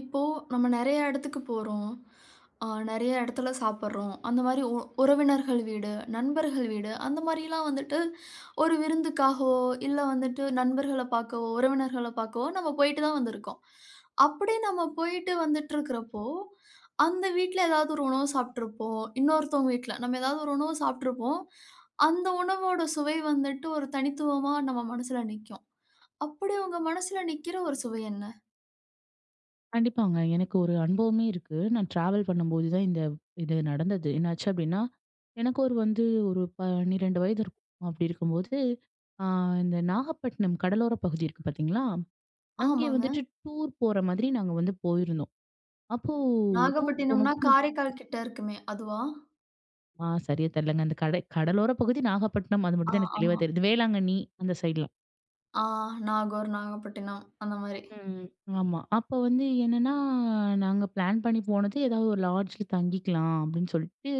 இப்போ நம்ம நெறைய இடத்துக்கு போறோம். நெறைய இடத்துல சாப்பிடுறோம். அந்த மாரி உறவினர்கள் வீடு, நண்பர்கள் வீடு அந்த மாரிலாம் வந்துட்டு ஒரு விருந்துக்காகவோ, இல்ல வந்துட்டு நண்பர்கள பார்க்கவோ, உறவினர்கள பார்க்கவோ நம்ம போயிட்டு தான் வந்திருக்கோம். அப்படி நம்ம போயிட்டு வந்துட்டுருக்கிறப்போ, அந்த வீட்ல ஏதாவது ஒரு உணவு சாப்பிட்டுருப்போம். இன்னொருத்தவங்க வீட்ல நம்ம ஏதாவது ஒரு உணவு சாப்பிட்டுருப்போம். அந்த உணவோட சுவை வந்துட்டு ஒரு தனித்துவமா நம்ம மனசுல நிக்கும். அப்படி உங்க மனசுல நிக்கிற ஒரு சுவை என்ன? கண்டிப்பாங்க. எனக்கு ஒரு அனுபவமே இருக்கு. நான் டிராவல் பண்ணும்போது தான் இந்த இது நடந்தது. என்னாச்சு அப்டின்னா, எனக்கு ஒரு 12 வயது இருக்கும். அப்டி இருக்கும்போது, ஆ இந்த நாகப்பட்டினம் கடலோர பகுதி இருக்கு பார்த்தீங்களா? அங்கே ஆமாங்க. வந்துட்டு டூர் போற மாதிரி நாங்க வந்து போயிருந்தோம். அப்போ டூர் நாகப்பட்டினம்னா போனப்போ, காரைக்கால் கிட்ட இருக்குமே! அதுவா? சரியா தெரியலங்க. அந்த கடை கடலோர பகுதி நாகப்பட்டினம் அது ஆ, மட்டும் தான் எனக்கு தெளிவா ஆமா. தெரியுது. வேளாங்கண்ணி அந்த சைட்லாம். ஆ நாகூர், நாகப்பட்டினம் அந்த மாரி. ம். ஆமா. அப்ப வந்து என்னன்னா, நாங்க பிளான் பண்ணி போனது ஏதாவது ஒரு லாட்ஜ்ல தங்கிக்கலாம் அப்படின்னு சொல்லிட்டு,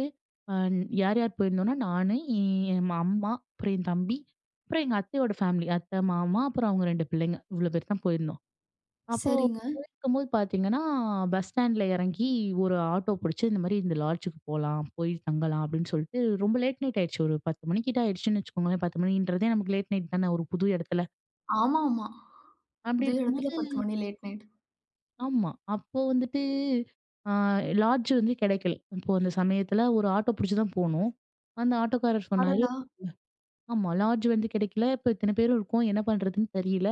அ யார் யார் போயிருந்தோம்னா, நானு, என் என் அம்மா, அப்புறம் என் தம்பி, அப்புறம் எங்க அத்தையோட ஃபேமிலி. அத்தை, மாமா, அப்புறம் அவங்க 2 பிள்ளைங்க. இவ்வளோ பேர் தான் போயிருந்தோம். அப்போ சரிங்க. போயிருக்கும்போது பார்த்தீங்கன்னா, பஸ் ஸ்டாண்ட்ல இறங்கி ஒரு ஆட்டோ பிடிச்சு, இந்த மாரி இந்த லாட்ஜுக்கு போலாம், போய் தங்கலாம் அப்படின்னு சொல்லிட்டு, ரொம்ப லேட் நைட் ஆயிடுச்சு. ஒரு 10 மணிக்கிட்ட ஆயிடுச்சுன்னு வச்சுக்கோங்களேன். 10 மணின்றதே நமக்கு லேட் நைட் தானே ஒரு புது இடத்துல. ஆமா, ஆமா. அப்படி புது இடத்துல இருக்கும்போது 10 மணி லேட் நைட். ஆமா. அப்போ வந்துட்டு, ஆ லாட்ஜ் வந்து கிடைக்கல. அப்போ அந்த சமயத்துல ஒரு ஆட்டோ புடிச்சு தான் போனோம். அந்த ஆட்டோக்காரர் சொன்னாரு, அடடா! "ஆமா லாட்ஜ் வந்து கிடைக்கல. இப்ப இத்தன பேரும் இருக்கோம். என்ன பண்றதுன்னு தெரியல."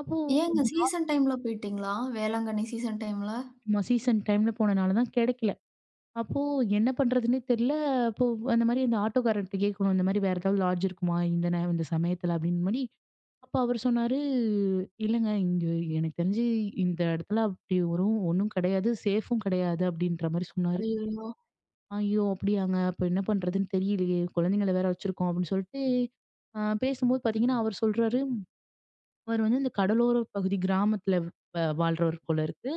அப்போ ஏங்க சீசன் டைம்ல போயிட்டீங்களா? வேளாங்கண்ணி சீசன் டைம்ல? ஆமா, சீசன் டைம்ல போனனால தான் கிடைக்கல. அப்போ என்ன பண்றதுன்னே தெரியல. அப்போ அந்த மாரி அந்த ஆட்டோக்காரர்ட்ட கேட்கணும். இந்த மாரி வேற ஏதாவது லாட்ஜ் இருக்குமா? இந்த நே இந்த சமயத்துல அப்படின்னு மாரி. அப்ப அவர் சொன்னாரு, "இல்லங்க, இங்க எனக்கு தெரிஞ்சு இந்த இடத்துல அப்படி ஒரு ஒண்ணும் கிடையாது. சேஃபும் கிடையாது." அப்படின்ற மாரி சொன்னாரு. ஐயயோ! ஐயோ! அப்படியாங்க. அப்ப என்ன பண்றதுன்னு தெரியலையே! குழந்தைங்கள வேற வச்சிருக்கோம் அப்படின்னு சொல்லிட்டு, பேசும்போது பார்த்தீங்கன்னா, அவர் சொல்றாரு, அவர் வந்து இந்த கடலோர பகுதி கிராமத்துல வாழ்றவர் போல இருக்கு.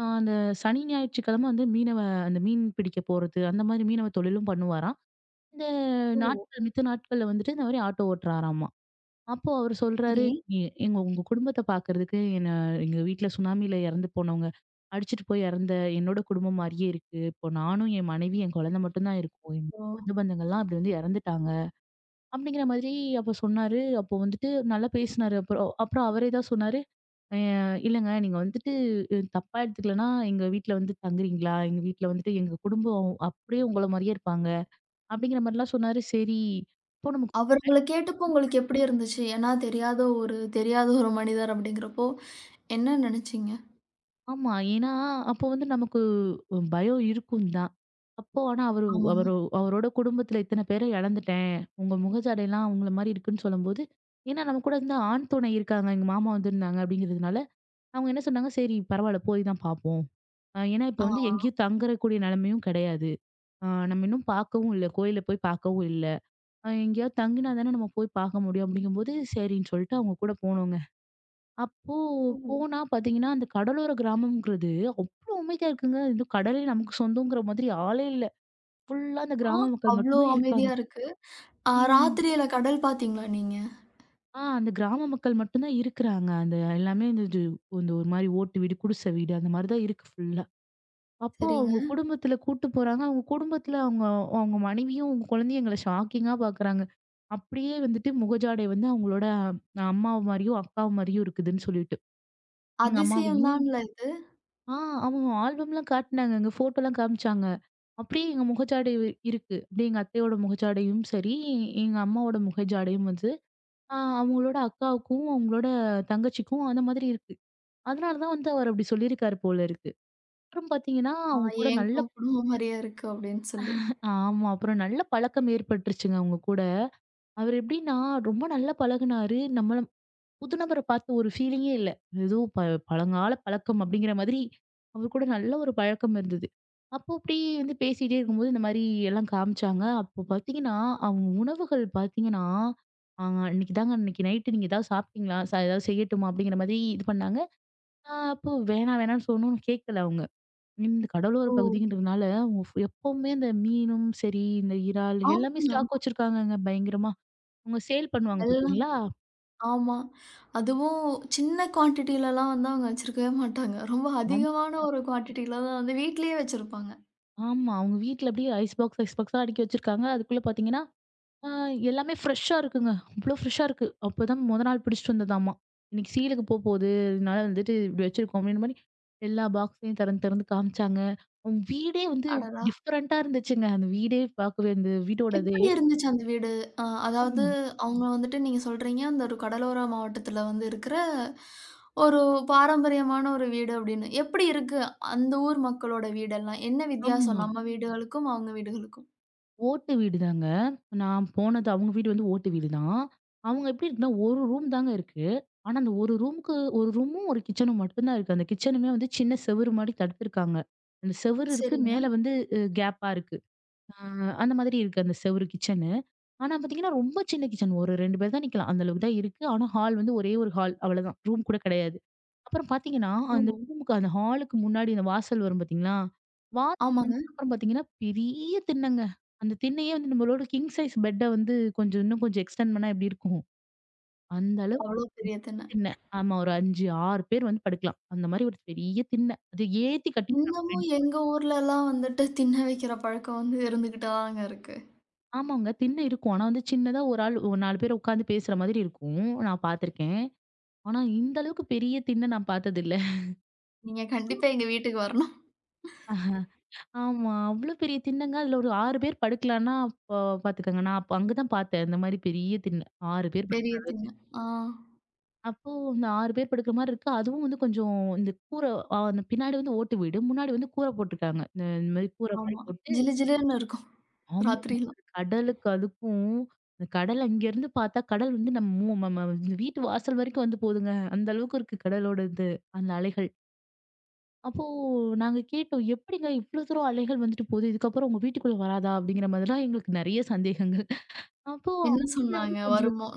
அந்த சனி, ஞாயிற்றுக்கிழமை வந்து மீனவ, அந்த மீன் பிடிக்க போறது, அந்த மாரி மீனவ தொழிலும் பண்ணுவாராம். இந்த ஓ! நாட்கள் மித்த நாட்கள்ல வந்துட்டு இந்த மாரி ஆட்டோ ஓட்டுறாராமா. அப்போ அவரு சொல்றாரு, சரி. "எ எங்க உங்க குடும்பத்த பார்க்கறதுக்கு என்ன, எங்க வீட்ல சுனாமில இறந்து போனவங்க, அடிச்சுட்டு போய் இறந்த என்னோட குடும்பம் மாரியே இருக்கு. இப்போ நானும், என் மனைவி, என் குழந்தை மட்டும் தான் இருக்கோம். என் ஓ! சொந்த பந்தங்கள்லாம் அப்படி வந்து இறந்துட்டாங்க." அப்படிங்கிற மாதிரி அப்ப சொன்னாரு. அப்போ வந்துட்டு நல்லா பேசினாரு. அப்புறம் அப்புறம் அவரே தான் சொன்னாரு, "அ இல்லங்க நீங்க வந்துட்டு, தப்பா எடுத்துக்கலன்னா, எங்க வீட்ல வந்து தங்குறீங்களா? எங்க வீட்ல வந்துட்டு எங்க குடும்பம் அப்படியே உங்கள மாரியே இருப்பாங்க." அப்படிங்கிற மாரிலாம் சொன்னாரு. சரி, இப்போ நம்ம அவர் உங்கள கேட்டப்போ உங்களுக்கு எப்படி இருந்துச்சு? ஏன்னா தெரியாத ஒரு மனிதர் அப்படிங்கிறப்போ, என்ன நெனச்சீங்க? ஆமா. ஏன்னா, அப்போ வந்து நமக்கு பயம் இருக்கும் தான். அப்போ ஆனா அவரு, ஆமாங்க. அவரு அவரோட குடும்பத்துல இத்தன பேர இழந்துட்டேன். உங்க முகஜாடைலாம் அவங்கள மாரி இருக்குன்னு சொல்லும்போது, ஏன்னா நம்ம கூட வந்து ஆண் துணை இருக்காங்க. எங்க மாமா வந்திருந்தாங்க அப்படிங்கிறதுனால, அவங்க என்ன சொன்னாங்க, "சரி பரவால்ல போய் தான் பார்ப்போம்." ஏன்னா இப்ப ஆ. வந்து எங்கேயும் தங்கக்கூடிய நிலைமையும் கிடையாது. நம்ம இன்னும் பார்க்கவும் இல்ல. கோயில போய் பார்க்கவும் இல்ல. எங்கேயாவது தங்கினா தானே நம்ம போய் பார்க்க முடியும் அப்படிங்கும்போது, சரின்னு சொல்லிட்டு அவங்க கூட போனோங்க. அப்போ ஓ! போனா பாத்தீங்கன்னா, அந்த கடலோர கிராமம்ங்கிறது அவ்ளோ அமைதியா இருக்குங்க. இந்த கடலே நமக்கு சொந்தங்கிற மாதிரி ஆளே இல்ல. ஃபுல்லா அந்த ஆ கிராம மக்கள் அவ்ளோ மட்டும் தான் இருக்காங்க. அமைதியா இருக்கு. ஆ ம். ராத்திரியில கடல் பார்த்தீங்களா நீங்க? அந்த கிராம மக்கள் மட்டும் தான் இருக்குறாங்க. அந்த எல்லாமே இந்த இது இந்த ஒரு மாரி ஓட்டு வீடு, குடிசை வீடு அந்த மாரி தான் இருக்கு ஃபுல்லா. அப்போ சரிங்க. அவங்க குடும்பத்துல கூட்டு போறாங்க. அவங்க குடும்பத்துல அவங்க அவங்க மனைவியும், அவங்க குழந்தையும் எங்கள ஷாக்கிங்கா பாக்குறாங்க. அப்படியே வந்துட்டு முகஜாடை வந்து அவங்களோட, அம்மாவு மாரியும், அக்காவு மாரியும் இருக்குதுன்னு சொல்லிட்டு. எங்க அம்மாவ, அதிசயம் தான்ல இது. ஆ அவங்க ஆல்பம்லாம் காட்டுனாங்கங்க. ஃபோட்டோலாம் காமிச்சாங்க. அப்படியே எங்க முகச்சாடை இருக்கு. அப்படியே எங்க அத்தையோட முகச்சாடையும் சரி, எங்க அம்மாவோட முகச்சாடையும் வந்து அவங்களோட அக்காவுக்கும், அவங்களோட தங்கச்சிக்கும் அந்த மாதிரி இருக்கு. அதனால தான் வந்து அவர் அப்படி சொல்லியிருக்காரு போல இருக்கு. அப்புறம் பார்த்தீங்கன்னா, ஆ அவங்க கூட என் நல்ல குடும்பம் மாரியா இருக்கு அப்படின்னு சொல்லி. ஆமா. அப்புறம் நல்ல பழக்கம் ஏற்பட்டுருச்சுங்க அவங்க கூட. அவர் எப்படின்னா ரொம்ப நல்லா பழகுனாரு. நம்மள புதுநபர பார்த்து ஒரு ஃபீலிங்கே இல்ல. ஏதோ ப பழங்கால பழக்கம் அப்படிங்கிற மாதிரி, அவர் கூட நல்ல ஒரு பழக்கம் இருந்தது. அப்போ அப்படியே வந்து பேசிட்டே இருக்கும்போது, இந்த மாரி எல்லாம் காமிச்சாங்க. அப்போ பார்த்தீங்கன்னா, அவங்க உணவுகள் பார்த்தீங்கன்னா, "ஆ இன்னைக்கு தாங்க இன்னைக்கு நைட்டு நீங்க ஏதாவது சாப்பிட்டீங்களா? ஏதாவது செய்யட்டுமா?" அப்படிங்கிற மாதிரி இது பண்ணாங்க. நான் அப்போ வேணாம் வேணாம்னு சொன்னோம், கேட்கல அவங்க. இந்த கடலோர ஓ! பகுதின்றதுனால, அவங்க எப்பவுமே இந்த மீனும் சரி, இந்த இறால் எல்லாமே ஸ்டாக் ஆமாங்க. வச்சிருக்காங்கங்க பயங்கரமா. அவங்க சேல் பண்ணுவாங்க எல்லாம் பார்த்தீங்களா? ஆமா. அதுவும் சின்ன குவான்டிட்டிலலாம் வந்து அவங்க வச்சிருக்கவே மாட்டாங்க. ரொம்ப அதிகமான ஒரு குவான்டிட்டில தான் வந்து வீட்லயே வச்சிருப்பாங்க. ஆமா. அவங்க வீட்ல அப்படியே ஐஸ் பாக்ஸ், ஐஸ் பாக்ஸா அடுக்கி வச்சிருக்காங்க. அதுக்குள்ள பார்த்தீங்கன்னா, ஆ எல்லாமே ஃப்ரெஷ்ஷா இருக்குங்க. அவ்ளோ ஃப்ரெஷ்ஷா இருக்கு. அப்பதான் மொத நாள் பிடிச்சிட்டு வந்ததாமா. இன்னைக்கு சீலுக்கு போப்போகுது. அதனால வந்துட்டு இப்படி வச்சிருக்கோம் அப்படின்ற மாரி எல்லா பாக்ஸையும் திறந்து திறந்து காமிச்சாங்க. அவங்க வீடே வந்து அடடா! டிஃபரண்டா இருந்துச்சுங்க. அந்த வீடே பார்க்கவே அந்த வீடோடதே. எப்படி இருந்துச்சு அந்த வீடு? அ அதாவது ஆமா, அவங்க வந்துட்டு நீங்க சொல்றீங்க, அந்த ஒரு கடலோர மாவட்டத்தில வந்து இருக்கிற ஒரு பாரம்பரியமான ஒரு வீடு அப்படின்னு. எப்படி இருக்கு அந்த ஊர் மக்களோட வீடெல்லாம்? என்ன வித்தியாசம் ஆமா. நம்ம வீடுகளுக்கும், அவங்க வீடுகளுக்கும்? ஓட்டு வீடுதாங்க. நான் போனது அவங்க வீடு வந்து ஓட்டு வீடு தான். அவங்க எப்படி இருக்குன்னா, ஒரு ரூம் தாங்க இருக்கு. ஆனா, அந்த ஒரு ரூமுக்கு ஒரு ரூமும், ஒரு கிச்சனும் மட்டும் தான் இருக்கு. அந்த கிச்சனுமே வந்து சின்ன செவுரு மாரி தடுத்துருக்காங்க. அந்த செவுரு இருக்கு. சரிங்க. மேல வந்து கேப்பா இருக்கு. அ அந்த மாதிரி இருக்கு அந்த செவுரு கிச்சனு. ஆனா பாத்தீங்கன்னா, ரொம்ப சின்ன கிச்சன். ஒரு 2 பேர் தான் நிக்கலாம். அந்த அளவுக்கு தான் இருக்கு. ஆனா ஹால் வந்து ஒரே ஒரு ஹால். அவ்வளதான். ரூம் கூட கிடையாது. அப்புறம் பாத்தீங்கன்னா, ஓ! அந்த ரூமுக்கு அந்த ஹாலுக்கு முன்னாடி அந்த வாசல் வரும் பாத்தீங்களா? வாசல் ஆமாங்க. வந்ததுக்கப்புறம் பாத்தீங்கன்னா, பெரிய திண்ணங்க. அந்த திண்ணையே வந்து நம்மளோட கிங் சைஸ் பெட்ட வந்து கொஞ்சம் இன்னும் கொஞ்சம் எக்ஸ்டெண்ட் பண்ணா எப்படி இருக்கும்? அந்த அளவுக்கு அவ்ளோ பெரிய திண்ண. திண்ண. ஆமா. ஒரு 5, 6 பேர் வந்து படுக்கலாம். அந்த மாரி ஒரு பெரிய திண்ண. அது ஏத்தி கட்டியிருக்காங்க பெட். இன்னமும் எங்க ஊர்லலாம் வந்துட்டு திண்ண வைக்கிற பழக்கம் வந்து இருந்துகிட்டு தாங்க இருக்கு. ஆமாங்க. திண்ண இருக்கும். ஆனா வந்து சின்னதா ஒரு ஆள் ஒரு 4 பேர் உட்கார்ந்து பேசுற மாதிரி இருக்கும். நான் பாத்துருக்கேன். ஆனா, இந்த அளவுக்கு பெரிய திண்ண நான் பார்த்ததில்ல. நீங்க கண்டிப்பா எங்க வீட்டுக்கு வரணும். ஆமா. அவ்ளோ பெரிய திண்ணங்க. அதுல ஒரு 6 பேர் படுக்கலான்னா, அப்ப பார்த்துக்கங்க. நான் அப்ப அங்க தான் பார்த்தேன். இந்த மாரி பெரிய திண்ண. 6 பேர் பெரிய திண்ண. படுக் ஆ, அப்போ இந்த 6 பேர் படுக்கிற மாரி இருக்கு. அதுவும் வந்து கொஞ்சம் இந்த கூர, அந்த பின்னாடி வந்து ஓட்டு வீடு. முன்னாடி வந்து கூர போட்டுருக்காங்க. இந்த இந்த மாரி கூர மாரி ஆமா. போட்டு ஜிலு ஜிலுன்னு இருக்கும் ஆமாங்க. ராத்திரிலாம். கடலுக்கு அதுக்கும் இந்த கடல் அங்கேருந்து பார்த்தா, கடல் வந்து நம்ம மு ம ம வீட்டு வாசல் வரைக்கும் வந்து போதுங்க. அந்த அளவுக்கு இருக்கு கடலோட இது. அந்த அலைகள். அப்போ நாங்க கேட்டோம், "எப்படிங்க இவ்ளோ தூரம் அலைகள் வந்துட்டு போகுது? இதுக்கப்புறம் உங்க வீட்டுக்குள்ள வராதா?" அப்படிங்கிற மாதிரிலாம் எங்களுக்கு நெறைய சந்தேகங்கள். அப்போ என்ன வீட வந்து சொன்னாங்க கொஞ்சம் வருமோ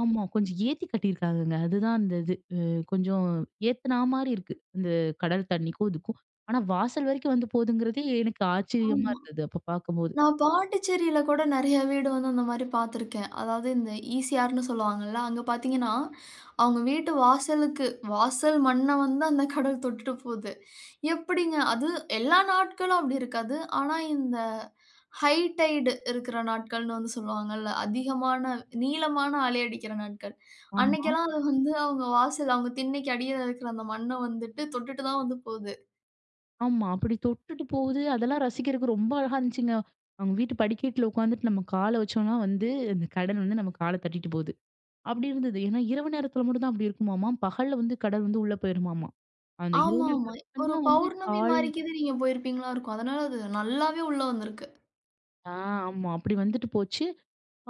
ஆமா, கொஞ்சம் ஏத்தி கட்டியிருக்காங்கங்க. அதுதான் அந்த இது. கொஞ்சம் ஏத்துனா மாரி இருக்கு. அந்த கடல் தண்ணிக்கும் இதுக்கும். ஆனா வாசல் வரைக்கும் வந்து போதுங்கிறதே எனக்கு ஆச்சரியமா ஆமா. இருந்தது அப்ப பார்க்கும்போது. நான் பாண்டிச்சேரியில கூட நெறைய வீடு வந்து அந்த மாரி பார்த்துருக்கேன். அதாவது இந்த ஈசிஆர்ன்னு சொல்லுவாங்கல்ல, அங்க பார்த்தீங்கன்னா, அவங்க வீட்டு வாசலுக்கு வாசல் மண்ண வந்து அந்த கடல் தொட்டுட்டு போது. எப்படிங்க? அது எல்லா நாட்களும் அப்படி இருக்காது. ஆனா இந்த ஹை டைடு இருக்கிற நாட்கள்னு வந்து சொல்லுவாங்கல்ல. அதிகமான நீளமான அலை அடிக்கிற நாட்கள். ஆமா, அன்னைக்கெல்லாம் அது வந்து அவங்க வாசல் அவங்க திண்ணைக்கு அடியில இருக்கிற அந்த மண்ண வந்துட்டு தொட்டுட்டு தான் வந்து போகுது. ஆமா. அப்படி தொட்டுட்டு போகுது. அதெல்லாம் ரசிக்கிறதுக்கு ரொம்ப அழகா இருந்துச்சுங்க. அவங்க வீட்டு படிக்கட்டுல உட்காந்துட்டு நம்ம கால வச்சோம்னா வந்து, அந்த கடல் வந்து நம்ம கால தட்டிட்டு போகுது. அப்படி இருந்தது. ஏன்னா, இரவு நேரத்துல மட்டும் தான் அப்படி இருக்குமாமா. பகல்ல வந்து கடல் வந்து உள்ள போயிருமாமா. அந்த இரவு ஆமாமா. நேரத்துல மட்டும் ஒரு தான் வந்து பௌர்ணமி கால் மாரிக்கிது நீங்க போயிருப்பீங்களா இருக்கும். அதனால அது நல்லாவே உள்ள வந்திருக்கு. ஆ ஆமா. அப்படி வந்துட்டு போச்சு.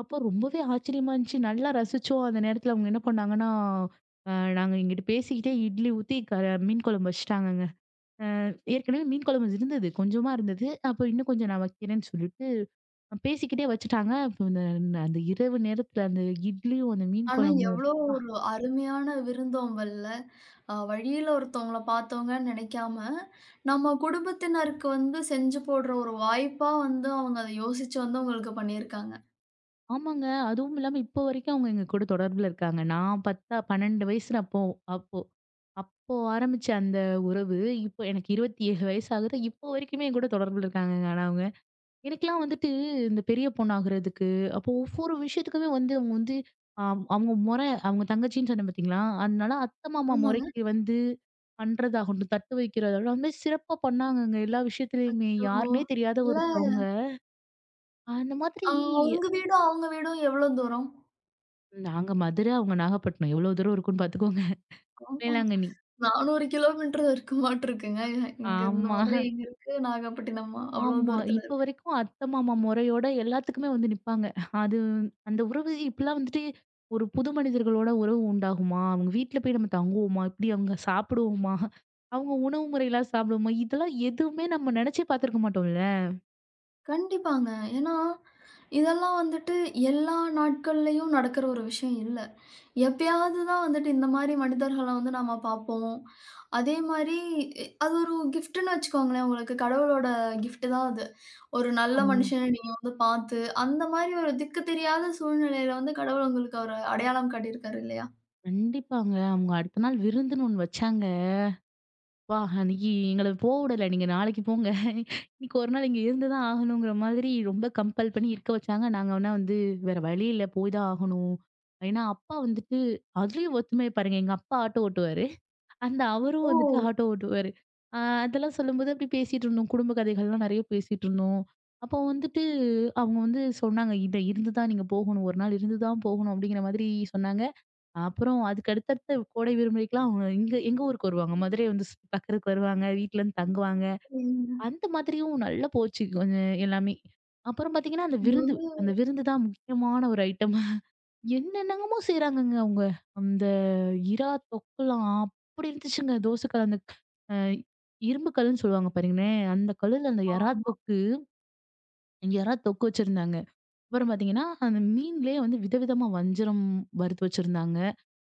அப்போ ரொம்பவே ஆச்சரியமா இருந்துச்சு. நல்லா ரசிச்சோம். அந்த நேரத்துல அவங்க என்ன பண்ணாங்கன்னா, அ நாங்க இங்கிட்டு பேசிக்கிட்டே இட்லி ஊத்தி மீன் குழம்பு வச்சுட்டாங்கங்க. ஏற்கனவே மீன் குழம்பு இருந்தது. கொஞ்சமா இருந்தது. அப்போ இன்னும் கொஞ்சம் நான் வைக்கிறேன்னு சொல்லிட்டு பேசிக்கிட்டே வச்சுட்டாங்க. அப்போ அந்த அந்த இரவு நேரத்துல அந்த இட்லியும், அந்த மீன் ஆனா குழம்பும் எவ்வளோ ஒரு அருமையான விருந்தோம்பல்ல. அ வழியில ஒருத்தவங்கள பார்த்தவங்கன்னு நினைக்காம, நம்ம குடும்பத்தினருக்கு வந்து செஞ்சு போடுற ஒரு வாய்ப்பா வந்து அவங்க அத யோசிச்சு வந்து உங்களுக்கு பண்ணியிருக்காங்க. ஆமாங்க. அதுவும் இல்லாம இப்போ வரைக்கும் அவங்க எங்க கூட தொடர்புல இருக்காங்க. நான் 10 12 வயசுல அப்போ அப்போ அப்போ ஆரம்பிச்ச அந்த உறவு, இப்போ எனக்கு 27 வயசு ஆகுது. இப்போ வரைக்குமே என் கூட தொடர்புல இருக்காங்கங்க. ஆனா அவங்க எனக்கெல்லாம் வந்துட்டு இந்த பெரிய பொண்ணாகுறதுக்கு, அப்போ ஒவ்வொரு விஷயத்துக்குமே வந்து அவங்க வந்து, அ அவங்க மொறை அவங்க தங்கச்சின்னு சொன்னேன் பார்த்தீங்களா? அதனால அத்தை மாமா ஆமாங்க. மொறைக்கு வந்து பண்றதாகட்டும், தட்டு வைக்கிறதாகட்டும், அது மாரி சிறப்பா பண்ணாங்கங்க. எல்லா விஷயத்துலயுமே அச்சோ! யாருன்னே தெரியாத இல்ல ஒருத்தவங்க. அந்த மாதிரி அ உங்க வீடும், அவங்க வீடும் எவ்ளோ தூரம்? நாங்க மதுரை, அவங்க நாகப்பட்டினம். எவ்வளோ தூரம் இருக்குன்னு பார்த்துக்கோங்க. ஆமா. வேளாங்கண்ணி. 400 கிலோமீட்டர் இருக்குமாட்ருக்குங்க. இங்க இருந்து ஆமா, மதுரை எங்க இருக்கு, நாகப்பட்டினமா? அவ்ளோ ஆமா. தூரத்துல இப்ப இருக்கு. வரைக்கும் அத்தை, மாமா முறையோட எல்லாத்துக்குமே வந்து நிப்பாங்க. அது அந்த உறவு இப்படிலாம் வந்துட்டு ஒரு புது மனிதர்களோட உறவு உண்டாகுமா? அவங்க வீட்ல போய் நம்ம தங்குவோமா? இப்படி அவங்க சாப்பிடுவோமா? அவங்க உணவு முறையெல்லாம் சாப்பிடுவோமா? இதெல்லாம் எதுவுமே நம்ம நினைச்சே பார்த்துருக்க மாட்டோம்ல. கண்டிப்பாங்க. ஏன்னா, இதெல்லாம் வந்துட்டு எல்லா நாட்கள்லயும் நடக்கிற ஒரு விஷயம் இல்ல. எப்பயாவது தான் வந்துட்டு இந்த மாரி மனிதர்கள வந்து நம்ம பார்ப்போம். அதே மாரி அது ஒரு கிஃப்ட்டுன்னு வச்சுக்கோங்களேன். உங்களுக்கு கடவுளோட கிஃப்ட் தான் அது. ஒரு நல்ல ஆமா. மனுஷன நீங்க வந்து பார்த்து, அந்த மாரி ஒரு திக்கு தெரியாத சூழ்நிலையில வந்து கடவுள் உங்களுக்கு ஒரு அடையாளம் காட்டியிருக்காரு இல்லையா? கண்டிப்பாங்க. அவங்க அடுத்த நாள் விருந்துன்னு ஒண்ணு வச்சாங்க. அப்பா! அன்னைக்கு எங்கள போ விடல. நீங்க நாளைக்கு போங்க. இன்னைக்கு ஒரு நாள் இங்க இருந்து தான் ஆகணுங்கிற மாதிரி ரொம்ப கம்பல் பண்ணி இருக்க வச்சாங்க. நாங்க ஆனா வந்து வேற வழி இல்ல. போய் தான் ஆகணும். ஏன்னா, அப்பா வந்துட்டு அதுலயும் ஒத்துமையா பாருங்க. எங்க அப்பா ஆட்டோ ஓட்டுவாரு. அந்த அவரும் வந்துட்டு ஓ! ஆட்டோ ஓட்டுவாரு. அ அதெல்லாம் சொல்லும்போது அப்படி பேசிட்டு இருந்தோம். குடும்ப கதைகள்லாம் நெறைய பேசிட்டு இருந்தோம். அப்போ வந்துட்டு அவங்க வந்து சொன்னாங்க, "இத இருந்து தான் நீங்க போகணும். ஒரு நாள் இருந்து தான் போகணும்." அப்படிங்கிற மாதிரி சொன்னாங்க. அப்புறம் அதுக்கு அடுத்தடுத்த கோடை விடுமுறைக்குலாம் அவங்க இங்க எங்க ஊருக்கு வருவாங்க. மதுரை வந்து சுத்தி பாக்குறதுக்கு வருவாங்க. வீட்ல இருந்து தங்குவாங்க. சரிங்க. அந்த மாதிரியும் நல்லா போச்சு கொஞ்சம் எல்லாமே. அப்புறம் பாத்தீங்கன்னா, அந்த இது விருந்து, வந்து அந்த விருந்து தான் முக்கியமான ஒரு ஐட்டம். என்னென்னமோ செய்றாங்கங்க அவங்க. அந்த இறா தொக்குலாம் அப்படி இருந்துச்சுங்க. தோசைக்கல் அந்த, அ இரும்பு கல்லுன்னு சொல்லுவாங்க பாருங்களேன். அந்த கல்லுல அந்த எறா தொக்கு, எறா தொக்கு வச்சிருந்தாங்க. அப்புறம் பாத்தீங்கன்னா, அந்த மீன்லயே வந்து விதவிதமா வஞ்சரம் வறுத்து வச்சிருந்தாங்க.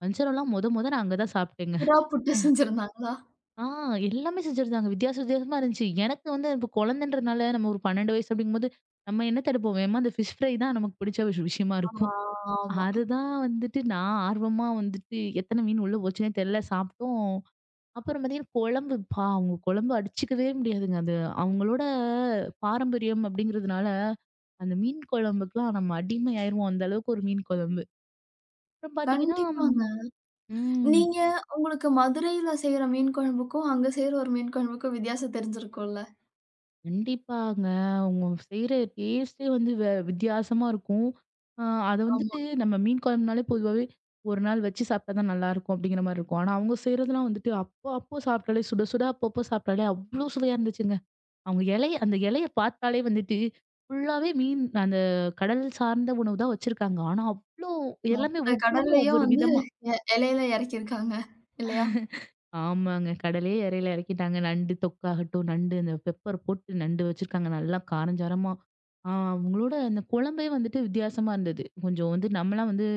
வஞ்சரம்லாம் மொத மொத நான் அங்க தான் சாப்பிட்டேங்க. புறா புட்டு செஞ்சிருந்தாங்களா? ஆ எல்லாமே செஞ்சிருந்தாங்க. வித்தியாச வித்தியாசமா இருந்துச்சு. எனக்கு வந்து இப்ப குழந்தன்றனால நம்ம ஒரு 12 வயசு அப்படிங்கும்போது, நம்ம என்ன தடுப்போம்? ஏம்மா அந்த ஃபிஷ் ஃப்ரை தான் நமக்கு பிடிச்ச விஷயமா ஆ இருக்கும். ஆமா. அதுதான் வந்துட்டு நான் ஆர்வமா வந்துட்டு எத்தன மீன் உள்ள போச்சுன்னே தெரியல. சாப்பிட்டோம். அப்புறம் பார்த்தீங்கன்னா, குழம்பு பா அவங்க குழம்பு அடிச்சுக்கவே முடியாதுங்க. அது அவங்களோட பாரம்பரியம் அப்படிங்கிறதுனால, அந்த மீன் குழம்புக்குலாம் நம்ம அடிமை ஆயிருவோம். அந்த அளவுக்கு ஒரு மீன் குழம்பு. அப்புறம் பார்த்தீங்கன்னா கண்டிப்பாங்க. ம். நீங்க உங்களுக்கு மதுரையில செய்ற மீன் குழம்புக்கும், அங்க செய்ற ஒரு மீன் குழம்புக்கும் வித்தியாசம் தெரிஞ்சிருக்கும்ல? கண்டிப்பாங்க. அவங்க செய்ற டேஸ்ட்டே வந்து வித்தியாசமா இருக்கும். அ அத ஆமா. வந்துட்டு நம்ம மீன் குழம்புனாலே பொதுவாவே, ஒரு நாள் வச்சு சாப்பிட்டா தான் நல்லாயிருக்கும் அப்படிங்கிற மாரி இருக்கும். ஆனா அவங்க செய்றதெல்லாம் வந்துட்டு அப்போ அப்போ சாப்பிட்டாலே, சுட சுட அப்பப்போ சாப்பிட்டாலே அவ்ளோ சுவையா இருந்துச்சுங்க. அவங்க இலை அந்த இலைய பார்த்தாலே வந்துட்டு, ஃபுல்லாவே மீன் அந்த கடல் சார்ந்த உணவு தான் வச்சிருக்காங்க. ஆனா அவ்ளோ எல்லாமே மொத்த ஒவ்வொன்னும் கடல்லயும் ஒவ்வொரு வந்து விதமா. இலையில இறக்கியிருக்காங்க. இல்லையா? ஆமாங்க. கடலே எறையில எறக்கிட்டாங்க. நண்டு தொக்காகட்டும், நண்டு அந்த பெப்பர் போட்டு நண்டு வச்சிருக்காங்க. நல்லா காரஞ்சாரமா. அவங்களோட அந்த குழம்பே வந்துட்டு வித்தியாசமா இருந்தது. கொஞ்சம் வந்து நம்மலாம் வந்து,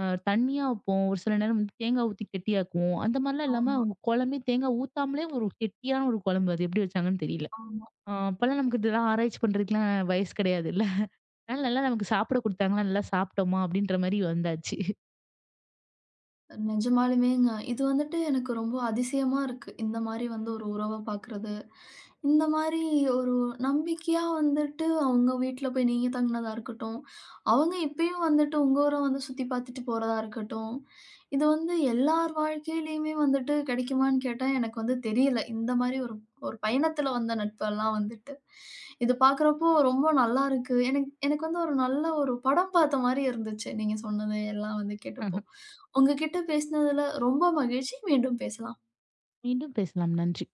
அ தண்ணியா வைப்போம். ஒரு சில நேரம் வந்து தேங்காய் ஊத்தி கெட்டியாக்குவோம். அந்த மாரிலாம் இல்லாம ஆமா, அவங்க குழம்பே தேங்காய் ஊத்தாமலே ஒரு கெட்டியான ஒரு குழம்பு. அது எப்படி வச்சாங்கன்னு தெரியல. ஆமா. அப்பலாம் நமக்கு இதெல்லாம் ஆராய்ச்சி பண்றதுக்குலாம் வயசு கிடையாதுல்ல. அதனால நல்லா நமக்கு சாப்பிட குடுத்தாங்களா, நல்லா சாப்பிட்டோமா அப்படின்ற மாரி வந்தாச்சு. நிஜமாலுமேங்க. இது வந்துட்டு எனக்கு ரொம்ப அதிசயமா இருக்கு. இந்த மாரி வந்து ஒரு உறவ பார்க்குறது. இந்த மாரி ஒரு நம்பிக்கையா வந்துட்டு அவங்க வீட்ல போய் நீங்க தங்கினதா இருக்கட்டும், அவங்க இப்பயும் வந்துட்டு உங்க ஊர வந்து சுத்தி பார்த்துட்டு போறதா இருக்கட்டும், இது வந்து எல்லார் வாழ்க்கையிலயுமே வந்துட்டு கிடைக்குமான்னு கேட்டா எனக்கு வந்து தெரியல. இந்த மாரி ஒரு ஒரு பயணத்துல வந்த நட்பெல்லாம் வந்துட்டு. இது பார்க்குறப்போ ரொம்ப நல்லா இருக்கு. எனக்கு எனக்கு வந்து ஒரு நல்ல ஒரு படம் பார்த்த மாரி இருந்துச்சு. நீங்க சொன்னது எல்லாம் வந்து கேட்டப்போ. உங்க கிட்ட பேசினதுல ரொம்ப மகிழ்ச்சி. மீண்டும் பேசலாம். மீண்டும் பேசலாம். நன்றி.